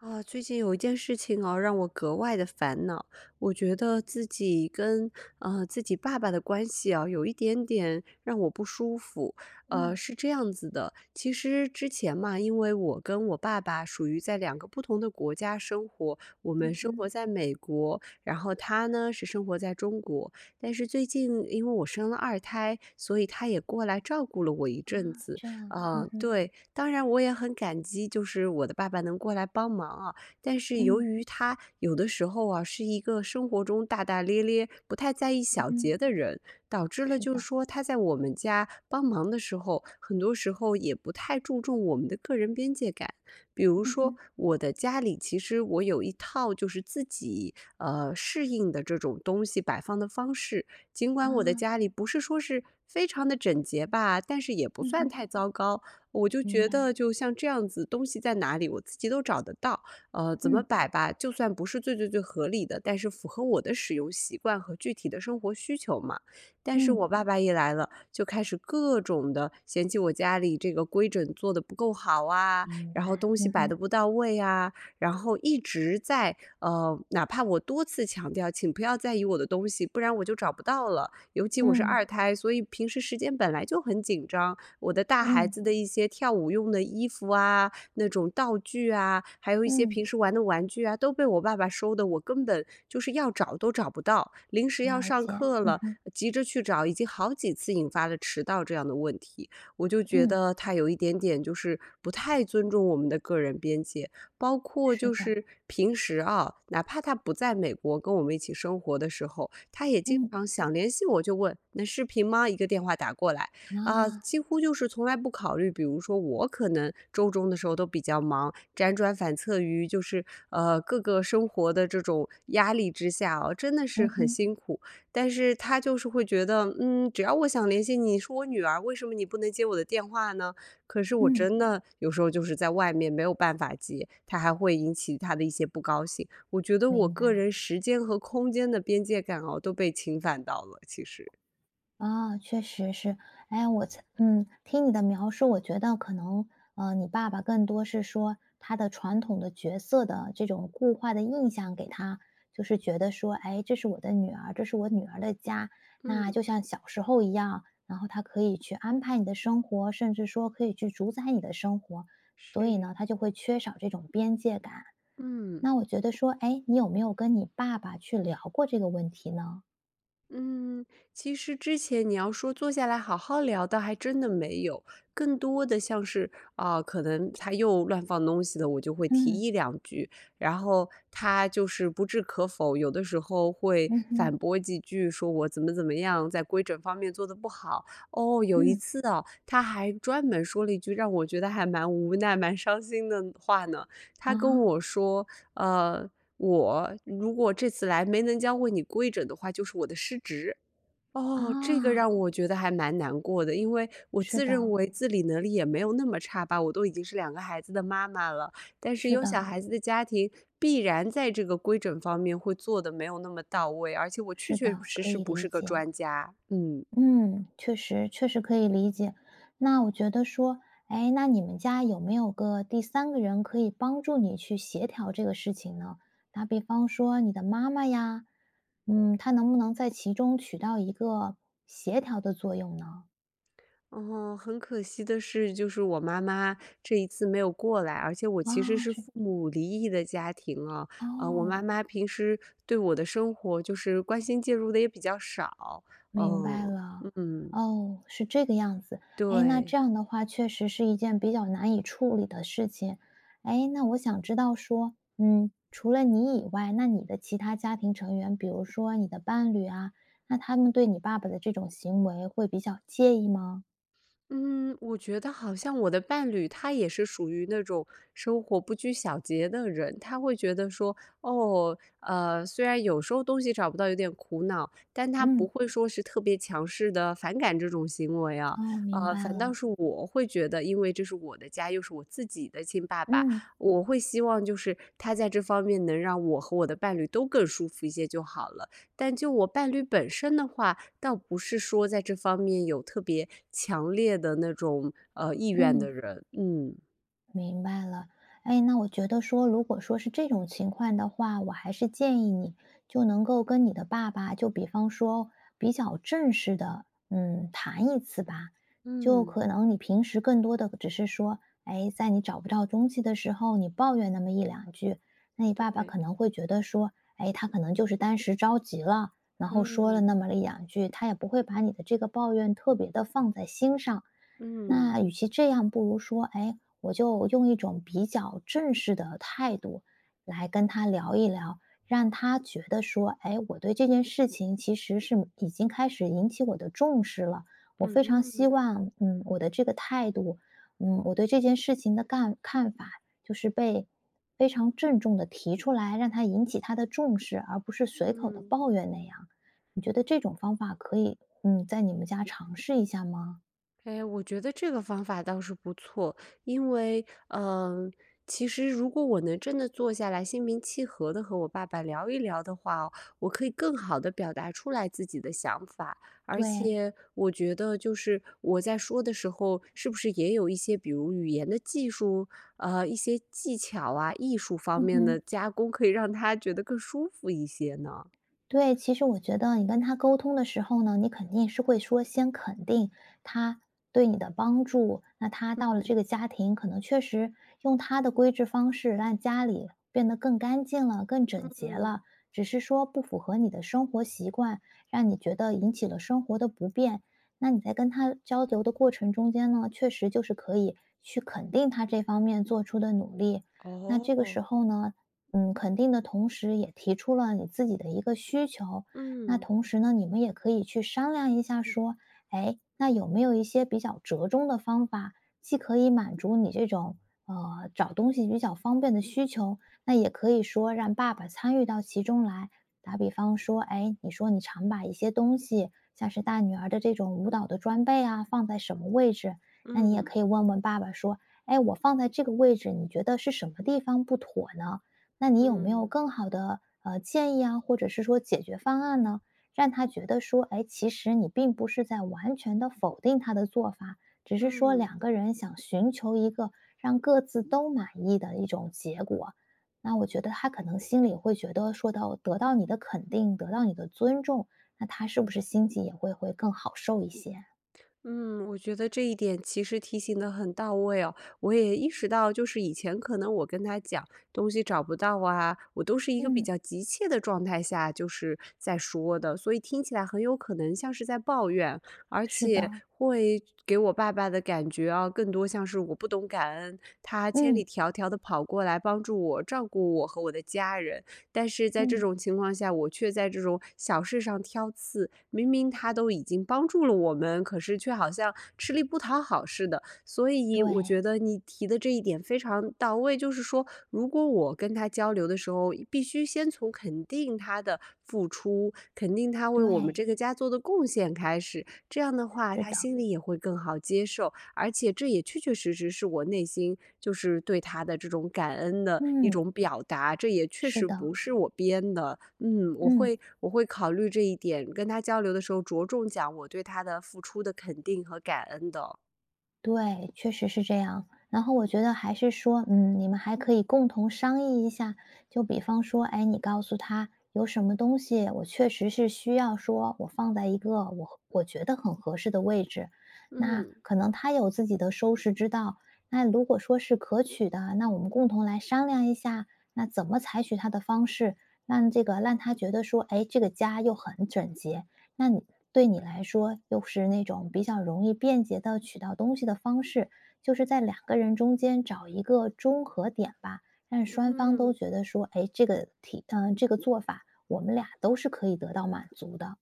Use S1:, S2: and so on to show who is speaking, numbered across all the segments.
S1: 啊，最近有一件事情哦，让我格外的烦恼。我觉得自己跟自己爸爸的关系啊，有一点点让我不舒服。
S2: 嗯，
S1: 是这样子的，其实之前嘛，因为我跟我爸爸属于在两个不同的国家生活，我们
S2: 嗯
S1: 生
S2: 哼，
S1: 活在美国，然后他呢是生活在中国。但是最近因为我生了二胎，所以他也过来照顾了我一
S2: 啊，
S1: 阵子。
S2: 这样，嗯
S1: 啊、
S2: 哼，
S1: 对，当然我也很感激，就是我的爸爸能过来帮忙啊。但是由
S2: 嗯，
S1: 于他有的时候啊，是一个生活中大大咧咧、不太在意
S2: 嗯
S1: 小
S2: 哼，
S1: 节的人，导致了
S2: 是
S1: 就是
S2: 的，
S1: 说他在我们家帮忙的时候，很多时候也不太注重我们的个人边界感。比如
S2: 嗯
S1: 说
S2: 哼，
S1: 我的家里，其实我有一套就是自己适应的这种东西摆放的方式。尽管我的
S2: 啊，
S1: 家里不是说是非常的整洁吧，但是也不
S2: 嗯
S1: 算
S2: 哼，
S1: 太糟糕。我就
S2: 明
S1: 觉
S2: 白，
S1: 得就像这样子，东西在哪里我自己都找得到，怎么
S2: 嗯
S1: 摆吧，就算不是最最最合理的，但是符合我的使用习惯和具体的生活需求嘛。但是
S2: 嗯，
S1: 我爸爸一来了，就开始各种的嫌弃我家里这个规整做的不够好啊，
S2: 明白，
S1: 然后东西
S2: 嗯
S1: 摆的
S2: 哼，
S1: 不到位啊，然后一直在哪怕我多次强调，请不要在意我的东西，不然我就找不到了。尤其我是
S2: 嗯
S1: 二胎，所以平时时间本来就很紧张。我的大孩
S2: 嗯
S1: 子的一些跳舞用的衣服啊，那种道具啊，还有一些
S2: 嗯，
S1: 平时玩的玩具啊，都被我爸爸收的，我根本就是要找都找不到。临时要
S2: 了
S1: 上
S2: 解，
S1: 课
S2: 嗯
S1: 了，
S2: 哼，
S1: 急着去找，已经好几次引发了迟到这样的问题。我就觉
S2: 嗯，
S1: 得他有一点点就是不太尊重我们的个人边界。包括
S2: 是
S1: 就
S2: 的，
S1: 是平时啊，哪怕他不在美国跟我们一起生活的时候，他也经
S2: 嗯
S1: 常想联系我就问：“那视频吗？”一个电话打过来，啊，
S2: 啊，
S1: 几乎就是从来不考虑，比如说我可能周中的时候都比较忙，辗转反侧于就是各个生活的这种压力之下哦，真的是
S2: 嗯
S1: 很
S2: 哼，
S1: 辛苦。但是他就是会觉得，嗯，只要我想联系你，是我女儿，为什么你不能接我的电话呢？可是我
S2: 嗯，
S1: 真的有时候就是在外面没有办法接，他还会引起他的一些不高兴。我觉得我
S2: 明白。
S1: 个人时间和空间的边界感哦，都被侵犯到了，其实。
S2: 啊，确实是。哎，我在听你的描述，我觉得可能，你爸爸更多是说他的传统的角色的这种固化的印象给他，就是觉得说，哎，这是我的女儿，这是我女儿的家，那
S1: 嗯，
S2: 就像小时候一样，然后他可以去安排你的生活，甚至说可以去主宰你的生活，所以
S1: 是，
S2: 呢，他就会缺少这种边界感。
S1: 嗯。
S2: 那我觉得说，哎，你有没有跟你爸爸去聊过这个问题呢？
S1: 嗯，其实之前你要说坐下来好好聊的，还真的没有，更多的像是啊、可能他又乱放东西了，我就会提
S2: 嗯
S1: 一两句，然后他就是不置可否，有的时候会
S2: 嗯
S1: 反
S2: 哼
S1: 驳几句，说我怎么怎么样，在规整方面做的不好。哦，有一
S2: 嗯
S1: 次啊，他还专门说了一句让我觉得还蛮无奈、蛮伤心的话呢，他跟
S2: 啊。
S1: 我说，呃，我如果这次来没能教会你规整的话，就是我的失职。
S2: 啊，
S1: 哦，这个让我觉得还蛮难过的，因为我
S2: 是
S1: 自认
S2: 的，
S1: 为自理能力也没有那么差吧，我都已经是两个孩子的妈妈了。但是
S2: 是
S1: 有小
S2: 的，
S1: 孩子的家庭，必然在这个规整方面会做的没有那么到位，而且我确
S2: 是
S1: 确
S2: 的，
S1: 实
S2: 可
S1: 实
S2: 以
S1: 不
S2: 理
S1: 是个
S2: 解。
S1: 专家。嗯。
S2: 嗯，确实，确实可以理解。那我觉得说，哎，那你们家有没有个第三个人可以帮助你去协调这个事情呢？打比方说你的妈妈呀，嗯，她能不能在其中起到一个协调的作用呢？
S1: 哦，很可惜的是，就是我妈妈这一次没有过来，而且我其实
S2: 啊，
S1: 是
S2: 是，
S1: 父母离异的家庭啊，我妈
S2: 哦。
S1: 嗯妈平时对我的生活就是关心介入的也比较少，嗯。
S2: 明白
S1: 哦，
S2: 了，
S1: 嗯，
S2: 哦，是这个样子。哎，那这
S1: 对。
S2: 样的话，确实是一件比较难以处理的事情。哎，那我想知道说，嗯，除了你以外，那你的其他家庭成员，比如说你的伴侣啊，那他们对你爸爸的这种行为会比较介意吗？
S1: 嗯，我觉得好像我的伴侣他也是属于那种生活不拘小节的人，他会觉得说，哦，虽然有时候东西找不到有点苦恼，但他不
S2: 嗯，
S1: 会说是特别强势的反感这种行为啊，
S2: 哦，明白
S1: 反倒
S2: 了，
S1: 是我会觉得，因为这是我的家，又是我自己的亲爸爸，
S2: 嗯
S1: 我会希望就是他在这方面能让我和我的伴侣都更舒服一些就好了。但就我伴侣本身的话，倒不是说在这方面有特别强烈的那种，意愿的
S2: 嗯。
S1: 人，嗯，
S2: 明白了，哎，那我觉得说，如果说是这种情况的话，我还是建议你就能够跟你的爸爸，就比方说比较正式的，嗯，谈一次吧。就
S1: 嗯，
S2: 可能你平时更多的只是说，哎，在你找不到东西的时候，你抱怨那么一两句，那你爸爸
S1: 对，
S2: 可能会觉得说，哎，他可能就是当时着急了，然后说了
S1: 嗯，
S2: 那么一两句，他也不会把你的这个抱怨特别的放在心上。
S1: 嗯，
S2: 那与其这样，不如说，哎，我就用一种比较正式的态度来跟他聊一聊，让他觉得说，哎，我对这件事情其实是已经开始引起我的重视了。我非常
S1: 嗯，
S2: 希
S1: 嗯。
S2: 望，嗯，我的这个态度，嗯，我对这件事情的干看法，就是被非常郑重的提出来，让他引起他的重视，而不是随口的
S1: 嗯。
S2: 抱怨那样。你觉得这种方法可以，嗯，在你们家尝试一下吗？
S1: 哎，我觉得这个方法倒是不错，因为，嗯、其实如果我能真的坐下来，心平气和的和我爸爸聊一聊的话哦我可以更好的表达出来自己的想法，而
S2: 对。
S1: 且我觉得就是我在说的时候，是不是也有一些比如语言的技术，一些技巧啊、艺术方
S2: 嗯
S1: 面的
S2: 哼，
S1: 加工，可以让他觉得更舒服一些呢？
S2: 对，其实我觉得你跟他沟通的时候呢，你肯定是会说先肯定他对你的帮助。那他到了这
S1: 嗯
S2: 个家庭，可能确实用他的规制方式让家里变得更干净了、更整洁
S1: 嗯
S2: 了，只是说不符合你的生活习惯，让你觉得引起了生活的不便。那你在跟他交流的过程中间呢，确实就是可以去肯定他这方面做出的努力。那这个
S1: 哦，
S2: 时候呢，嗯，肯定的同时，也提出了你自己的一个需求。那
S1: 嗯
S2: 同时呢，你们也可以去商量一下，说，哎，那有没有一些比较折中的方法，既可以满足你这种找东西比较方便的需求，那也可以说让爸爸参与到其中来。打比方说，哎，你说你常把一些东西，像是大女儿的这种舞蹈的装备啊，放在什么位置？那你也
S1: 嗯
S2: 可以问问爸爸说，哎，我放在这个位置，你觉得是什么地方不妥呢？那你有没有
S1: 嗯
S2: 更好的建议啊，或者是说解决方案呢？让他觉得说，哎，其实你并不是在完全的否定他的做法，只是说
S1: 嗯。
S2: 两个人想寻求一个让各自都满意的一种结果。那我觉得他可能心里会觉得，说到得到你的肯定，得到你的尊重，那他是不是心情也会会更好受一些？
S1: 嗯，我觉得这一点其实提醒的很到位哦。我也意识到，就是以前可能我跟他讲东西找不到啊，我都是一个比
S2: 嗯，
S1: 较急切的状态下，就是在说的，所以听起来很有可能像是在抱怨，而
S2: 是
S1: 且
S2: 的，
S1: 会给我爸爸的感觉啊，更多像是我不懂感恩，他千
S2: 嗯
S1: 里迢迢的跑过来帮助我，照顾我和我的家人。但是在这
S2: 嗯，
S1: 种情况下，我却在这种小事上挑刺，明明他都已经帮助了我们，可是却好像吃力不讨好似的。所以
S2: 对
S1: 我觉得你提的这一点非常到位，就是说，如果我跟他交流的时候，必须先从肯定他的付出，肯定他为我们这
S2: 对，
S1: 个家做的贡献开始，这样的话，
S2: 是
S1: 他
S2: 的，
S1: 心里也会更好接受。而且这也确确实实是我内心就是对他的这种感恩的一
S2: 嗯，
S1: 种表达，这也确
S2: 是
S1: 实
S2: 的，
S1: 不是我编的。嗯，我
S2: 嗯。
S1: 会我会考虑这一点，跟他交流的时候着重讲我对他的付出的肯定和感恩的。
S2: 对，确实是这样。然后我觉得还是说，嗯，你们还可以共同商议一下，就比方说，哎，你告诉他有什么东西，我确实是需要说，我放在一个我觉得很合适的位置。那
S1: 嗯。
S2: 可能他有自己的收拾之道。那如果说是可取的，那我们共同来商量一下，那怎么采取他的方式，让这个让他觉得说，哎，这个家又很整洁，那你对你来说，又是那种比较容易便捷的取到东西的方式，就是在两个人中间找一个中和点吧，让
S1: 嗯
S2: 双方都
S1: 嗯
S2: 觉得说，哎，这个体嗯，这个做法，我们俩都是可以得到满足的。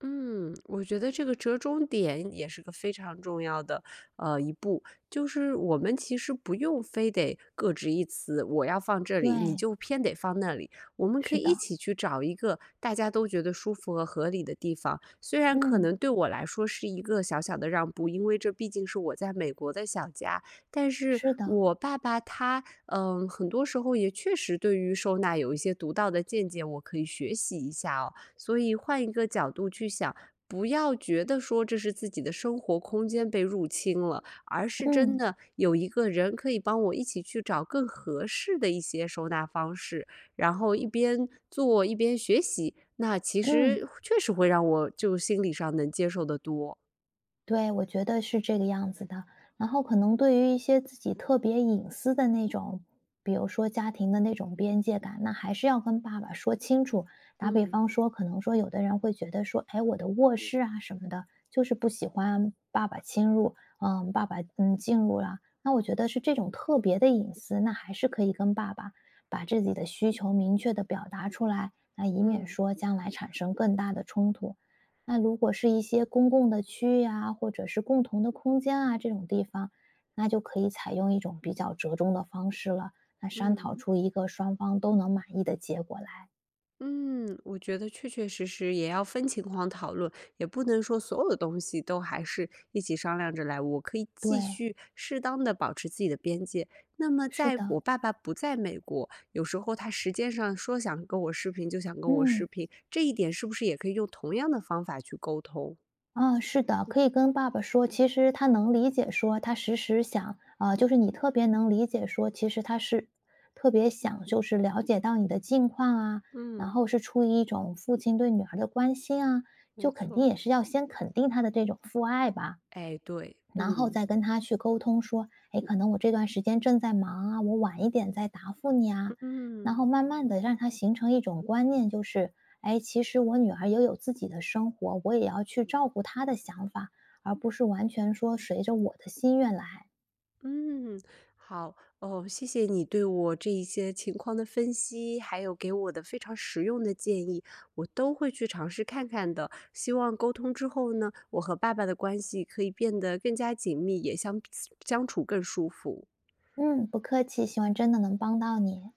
S1: 嗯，我觉得这个折中点也是个非常重要的一步，就是我们其实不用非得各执一词，我要放这
S2: 对，
S1: 里，你就偏得放那里。我们可
S2: 是
S1: 以一
S2: 的，
S1: 起去找一个大家都觉得舒服和合理的地方，虽然可
S2: 嗯，
S1: 能对我来说是一个小小的让步，因为这毕竟是我在美国的小家，但是
S2: 是的，
S1: 我爸爸他嗯，很多时候也确实对于收纳有一些独到的见解，我可以学习一下哦。所以换一个角度去想，不要觉得说这是自己的生活空间被入侵了，而是真
S2: 嗯，
S1: 的有一个人可以帮我一起去找更合适的一些收纳方式，然后一边做一边学习，那其
S2: 嗯。
S1: 实确实会让我就心理上能接受的多。
S2: 对，我觉得是这个样子的。然后可能对于一些自己特别隐私的那种，比如说家庭的那种边界感，那还是要跟爸爸说清楚。打比
S1: 嗯
S2: 方说，可能说有的人会觉得说，哎，我的卧室啊什么的，就是不喜欢爸爸侵入，嗯，爸爸进入了。那我觉得是这种特别的隐私，那还是可以跟爸爸把自己的需求明确的表达出来，那以免
S1: 嗯
S2: 说将来产生更大的冲突。那如果是一些公共的区域啊，或者是共同的空间啊，这种地方，那就可以采用一种比较折中的方式了，那商
S1: 嗯。
S2: 讨出一个双方都能满意的结果来。
S1: 嗯，我觉得确确实实也要分情况讨论，也不能说所有东西都还是一起商量着来。我可以继
S2: 对，
S1: 续适当的保持自己的边界。那么，
S2: 是
S1: 在我
S2: 的，
S1: 爸爸不在美国，有时候他时间上说想跟我视频就想跟我视
S2: 嗯。
S1: 频，这一点是不是也可以用同样的方法去沟通？
S2: 啊，是的，可以跟爸爸说，其实他能理解说，他时时想，啊，就是你特别能理解说，其实他是特别想，就是了解到你的近况啊，然
S1: 嗯，
S2: 后是出于一种父亲对女儿的关心啊，
S1: 没
S2: 就肯定
S1: 错。
S2: 也是要先肯定他的这种父爱吧。
S1: 哎，对，
S2: 然后
S1: 嗯。
S2: 再跟他去沟通说，哎，可能我这段时间正在忙啊，我晚一点再答复你啊。然
S1: 嗯。
S2: 后慢慢的让他形成一种观念，就是，哎，其实我女儿也有自己的生活，我也要去照顾她的想法，而不是完全说随着我的心愿来。
S1: 嗯，好，哦，谢谢你对我这一些情况的分析，还有给我的非常实用的建议，我都会去尝试看看的。希望沟通之后呢，我和爸爸的关系可以变得更加紧密，也相处更舒服。
S2: 嗯，不客气，希望真的能帮到你。